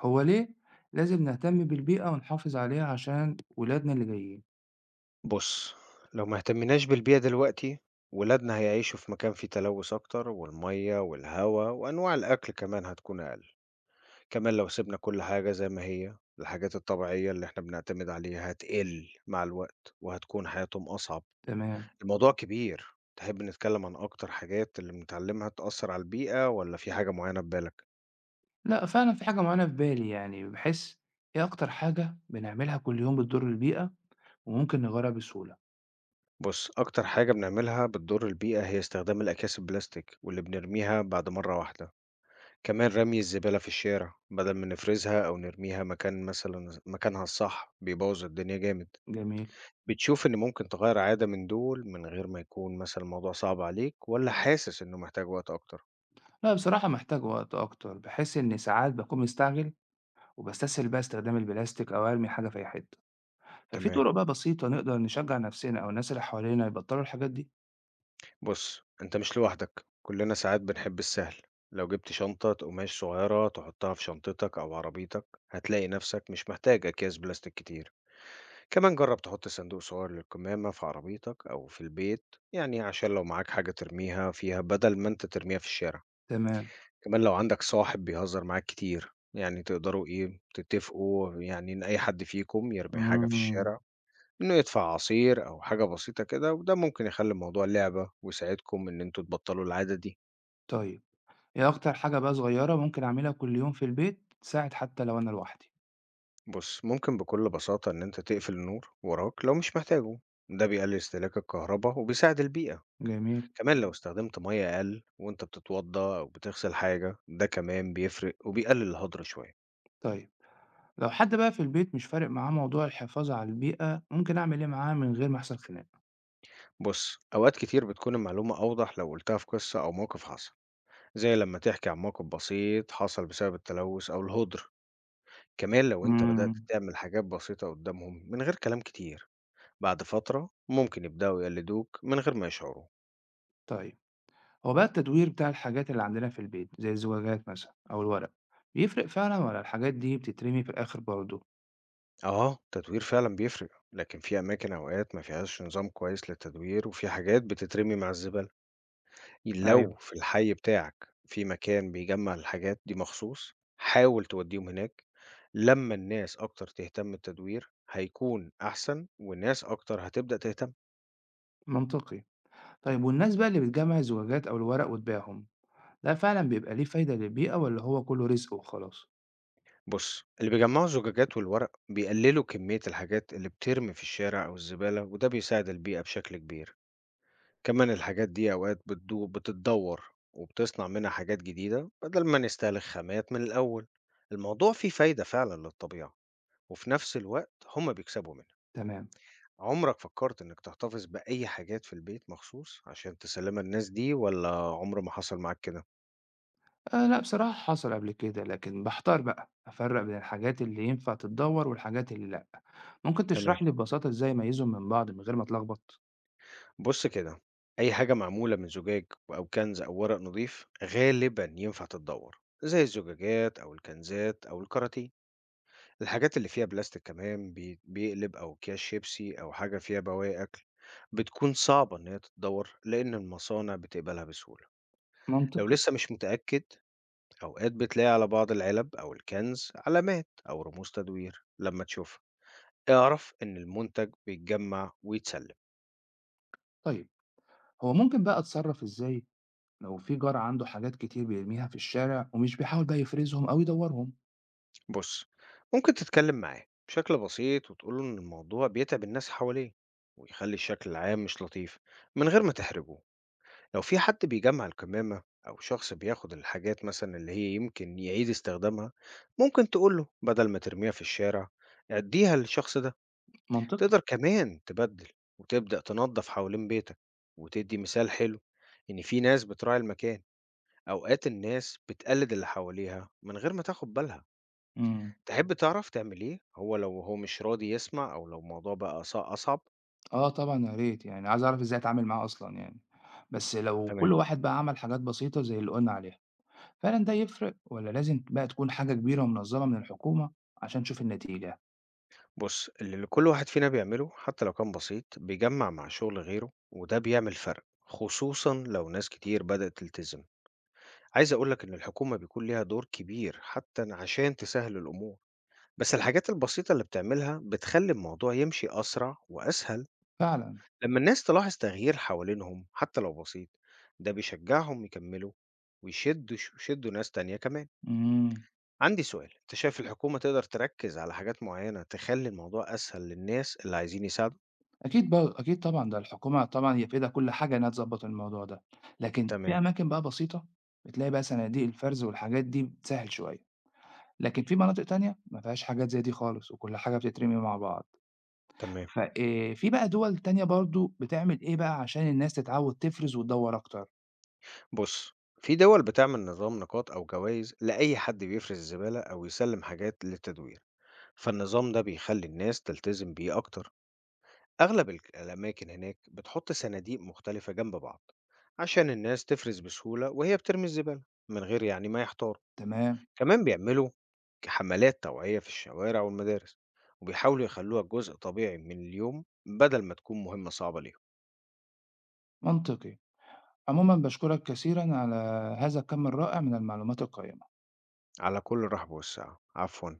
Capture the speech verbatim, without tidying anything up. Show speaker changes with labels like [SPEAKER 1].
[SPEAKER 1] هو ليه لازم نهتم بالبيئة ونحافظ عليها عشان ولادنا اللي جايين.
[SPEAKER 2] بُص، لو ما اهتمناش بالبيئة دلوقتي، ولادنا هيعيشوا في مكان فيه تلوث أكتر والمَيّة والهوا وأنواع الأكل كمان هتكون أقل. كمان لو سِبنا كل حاجة زي ما هي، الحاجات الطبيعية اللي إحنا بنعتمد عليها هتقِل مع الوقت وهتكون حياتهم أصعب.
[SPEAKER 1] تمام.
[SPEAKER 2] الموضوع كبير، تحب نتكلم عن أكتر حاجات اللي بنتعلمها تأثّر على البيئة والّا في حاجة معيّنة في بالك؟
[SPEAKER 1] لا فعلا في حاجة معينة في بالي، يعني بحس، ايه أكتر حاجة بنعملها كل يوم بتضر البيئة وممكن نغيرها بسهولة؟
[SPEAKER 2] بُص، أكتر حاجة بنعملها بتضُر البيئة هي استخدام الأكياس البلاستيك واللي بنرميها بعد مرّة واحدة. كمان رمي الزبالة في الشارع بدل ما نفرزها أو نرميها مكان مثلا مكانها الصح بيبوظ الدنيا جامد.
[SPEAKER 1] جميل.
[SPEAKER 2] بتشوف إن ممكن تغير عادة من دول من غير ما يكون مثلا الموضوع صعب عليك ولا حاسس إنه محتاج وقت أكتر؟
[SPEAKER 1] لا بصراحة محتاج وقت أكتر، بحس إن ساعات بكون مستعجل وبستسهل بقى استخدام البلاستيك أو أرمي حاجة في أي حتة. ففي
[SPEAKER 2] تمام،
[SPEAKER 1] طرق بقى بسيطة نقدر نشجع نفسنا أو الناس اللي حوالينا يبطلوا الحاجات دي؟
[SPEAKER 2] بص أنت مش لوحدك، كلنا ساعات بنحب السهل. لو جبت شنطة قماش صغيرة تحطها في شنطتك أو عربيتك، هتلاقي نفسك مش محتاج أكياس بلاستيك كتير. كمان جرب تحط صندوق صغير للكمامة في عربيتك أو في البيت، يعني عشان لو معاك حاجة ترميها فيها بدل ما أنت ترميها في الشارع.
[SPEAKER 1] تمام.
[SPEAKER 2] كمان لو عندك صاحب بيهزر معاك كتير، يعني تقدروا إيه تتفقوا يعني إن أي حد فيكم يرمي حاجة في
[SPEAKER 1] مم.
[SPEAKER 2] الشارع، إنه يدفع عصير أو حاجة بسيطة كده، وده ممكن يخلي الموضوع لعبة ويساعدكم إن أنتوا تبطلوا العادة دي.
[SPEAKER 1] طيب، هي أكتر حاجة بقى صغيرة ممكن أعملها كل يوم في البيت تساعد حتى لو أنا لوحدي؟
[SPEAKER 2] بص، ممكن بكل بساطة إن أنت تقفل النور وراك لو مش محتاجه، ده بيقلل استهلاك الكهرباء وبيساعد البيئة.
[SPEAKER 1] جميل.
[SPEAKER 2] كمان لو استخدمت مَيّة أقل وأنت بتتوضّى أو بتغسل حاجة، ده كمان بيفرق وبيقلل الهضر شوية.
[SPEAKER 1] طيب، لو حد بقى في البيت مش فارق معاه موضوع الحفاظ على البيئة ممكن أعمل إيه معاه من غير ما أحصل خناق؟
[SPEAKER 2] بُص، أوقات كتير بتكون المعلومة أوضح لو قُلتها في قصة أو موقف حصل، زي لمّا تحكي عن موقف بسيط حصل بسبب التلوث أو الهُدر. كمان لو أنت بدأت
[SPEAKER 1] امم
[SPEAKER 2] تعمل حاجات بسيطة قدّامهم من غير كلام كتير، بعد فترة ممكن يبدأوا يقلدوك من غير ما يشعروا.
[SPEAKER 1] طيب. هو بقى التدوير بتاع الحاجات اللي عندنا في البيت زي الزجاجات مثلا أو الورق بيفرق فعلا، ولا الحاجات دي بتترمي في الآخر برضه؟
[SPEAKER 2] آه، التدوير فعلًا بيفرق، لكن في أماكن أوقات ما فيهاش نظام كويس للتدوير وفي حاجات بتترمي مع الزبالة. لو
[SPEAKER 1] أيوه.
[SPEAKER 2] في الحي بتاعك في مكان بيجمّع الحاجات دي مخصوص، حاول تودّيهم هناك. لمّا الناس أكتر تهتم التدوير هيكون أحسن والناس أكتر هتبدأ تهتم.
[SPEAKER 1] منطقي. طيب، والناس بقى اللي بتجمع الزجاجات أو الورق وتبيعهم، ده فعلا بيبقى ليه فايدة للبيئة ولا هو كله رزق وخلاص؟
[SPEAKER 2] بُص، اللي بيجمّعوا الزجاجات والورق بيقللوا كمية الحاجات اللي بترمي في الشارع أو الزبالة، وده بيساعد البيئة بشكل كبير. كمان الحاجات دي أوقات بتدو بتتدوّر وبتصنع منها حاجات جديدة بدل ما نستهلك خامات من الأول. الموضوع فيه فايدة فعلًا للطبيعة، وفي نفس الوقت هم بيكسبوا منها.
[SPEAKER 1] تمام.
[SPEAKER 2] عمرك فكرت إنك تحتفظ بأي حاجات في البيت مخصوص عشان تسلمها للناس دي والّا عمر ما حصل معاك كده؟
[SPEAKER 1] آآ لأ بصراحة حصل قبل كده، لكن باحتار بقى أفرّق بين الحاجات اللي ينفع تتدوّر والحاجات اللي لأ. ممكن
[SPEAKER 2] تمام.
[SPEAKER 1] تشرح لي ببساطة إزاي أميّزهم من بعض من غير ما أتلخبط؟
[SPEAKER 2] بُص كده، أي حاجة معمولة من زجاج أو كنز أو ورق نضيف غالبًا ينفع تتدوّر، زي الزجاجات أو الكنزات أو الكراتين. الحاجات اللي فيها بلاستيك كمان بي بيقلب أو أكياس شيبسي أو حاجة فيها بواقي أكل، بتكون صعبة إن هي تتدوّر لإن المصانع بتقبلها بسهولة. لو
[SPEAKER 1] منطقي.
[SPEAKER 2] لسه مش متأكد، أوقات بتلاقي على بعض العلب أو الكنز علامات أو رموز تدوير. لما تشوفها اعرف إن المنتج بيتجمع ويتسلم.
[SPEAKER 1] طيب، هو ممكن بقى أتصرّف إزاي لو في جار عنده حاجات كتير بيرميها في الشارع ومش بيحاول بقى يفرزهم أو يدوّرهم؟
[SPEAKER 2] بص، ممكن تتكلم معاه بشكل بسيط وتقوله إن الموضوع بيتعب الناس حواليه ويخلي الشكل العام مش لطيف، من غير ما تحرجه. لو في حد بيجمع الكمامة أو شخص بياخد الحاجات مثلا اللي هي يمكن يعيد استخدامها، ممكن تقوله بدل ما ترميها في الشارع اديها للشخص ده.
[SPEAKER 1] منطقي.
[SPEAKER 2] تقدر كمان تبدل وتبدأ تنظف حوالين بيتك وتدي مثال حلو إن في ناس بتراعي المكان. أوقات الناس بتقلد اللي حواليها من غير ما تاخد بالها.
[SPEAKER 1] إمم.
[SPEAKER 2] تحب تعرف تعمل إيه هو لو هو مش راضي يسمع أو لو الموضوع بقى أص- أصعب؟
[SPEAKER 1] آه طبعًا يا ريت، يعني عايز أعرف إزاي أتعامل معاه أصلًا يعني. بس لو
[SPEAKER 2] تمام.
[SPEAKER 1] كل واحد بقى عمل حاجات بسيطة زي اللي قُلنا عليها، فعلًا ده يفرق والّا لازم بقى تكون حاجة كبيرة ومنظّمة من الحكومة عشان نشوف النتيجة؟
[SPEAKER 2] بص، اللي كل واحد فينا بيعمله حتى لو كان بسيط بيجمع مع شغل غيره، وده بيعمل فرق خصوصا لو ناس كتير بدأت تلتزم. عايز أقولك إن الحكومة بيكون ليها دور كبير حتى عشان تسهل الأمور، بس الحاجات البسيطة اللي بتعملها بتخلي الموضوع يمشي أسرع وأسهل.
[SPEAKER 1] فعلًا.
[SPEAKER 2] لما الناس تلاحظ تغيير حوالينهم حتى لو بسيط، ده بيشجعهم يكملوا ويشدوا يشدوا ناس تانية كمان.
[SPEAKER 1] إمم.
[SPEAKER 2] عندي سؤال، انت شايف الحكومة تقدر تركز على حاجات معينة تخلي الموضوع أسهل للناس اللي عايزين يساعدوا؟
[SPEAKER 1] أكيد بر أكيد طبعًا، ده الحكومة طبعًا هي في إيدها كل حاجة إنها تضبّط الموضوع ده، لكن
[SPEAKER 2] تمام
[SPEAKER 1] في أماكن بقى بسيطة بتلاقي بقى صناديق الفرز والحاجات دي بتسهِّل شوية، لكن في مناطق تانية ما فيهاش حاجات زي دي خالص وكل حاجة بتترمي مع بعض.
[SPEAKER 2] تمام
[SPEAKER 1] ف آآ في بقى دول تانية برضه بتعمل إيه بقى عشان الناس تتعوّد تفرز وتدوّر أكتر؟
[SPEAKER 2] بص، في دول بتعمل نظام نقاط أو جوائز لأي حد بيفرز الزبالة أو يسلم حاجات للتدوير، فالنظام ده بيخلي الناس تلتزم بيه أكتر. أغلب الك- الأماكن هناك بتحط صناديق مختلفة جنب بعض عشان الناس تفرز بسهولة وهي بترمي الزبالة، من غير يعني ما يحتاروا.
[SPEAKER 1] تمام،
[SPEAKER 2] كمان بيعملوا حملات توعية في الشوارع والمدارس، وبيحاولوا يخلوها جزء طبيعي من اليوم بدل ما تكون مهمة صعبة ليهم.
[SPEAKER 1] منطقي. عمومًا باشكرك كثيرًا على هذا الكم الرائع من المعلومات القيّمة.
[SPEAKER 2] على كل الرحب والسعة، عفوا.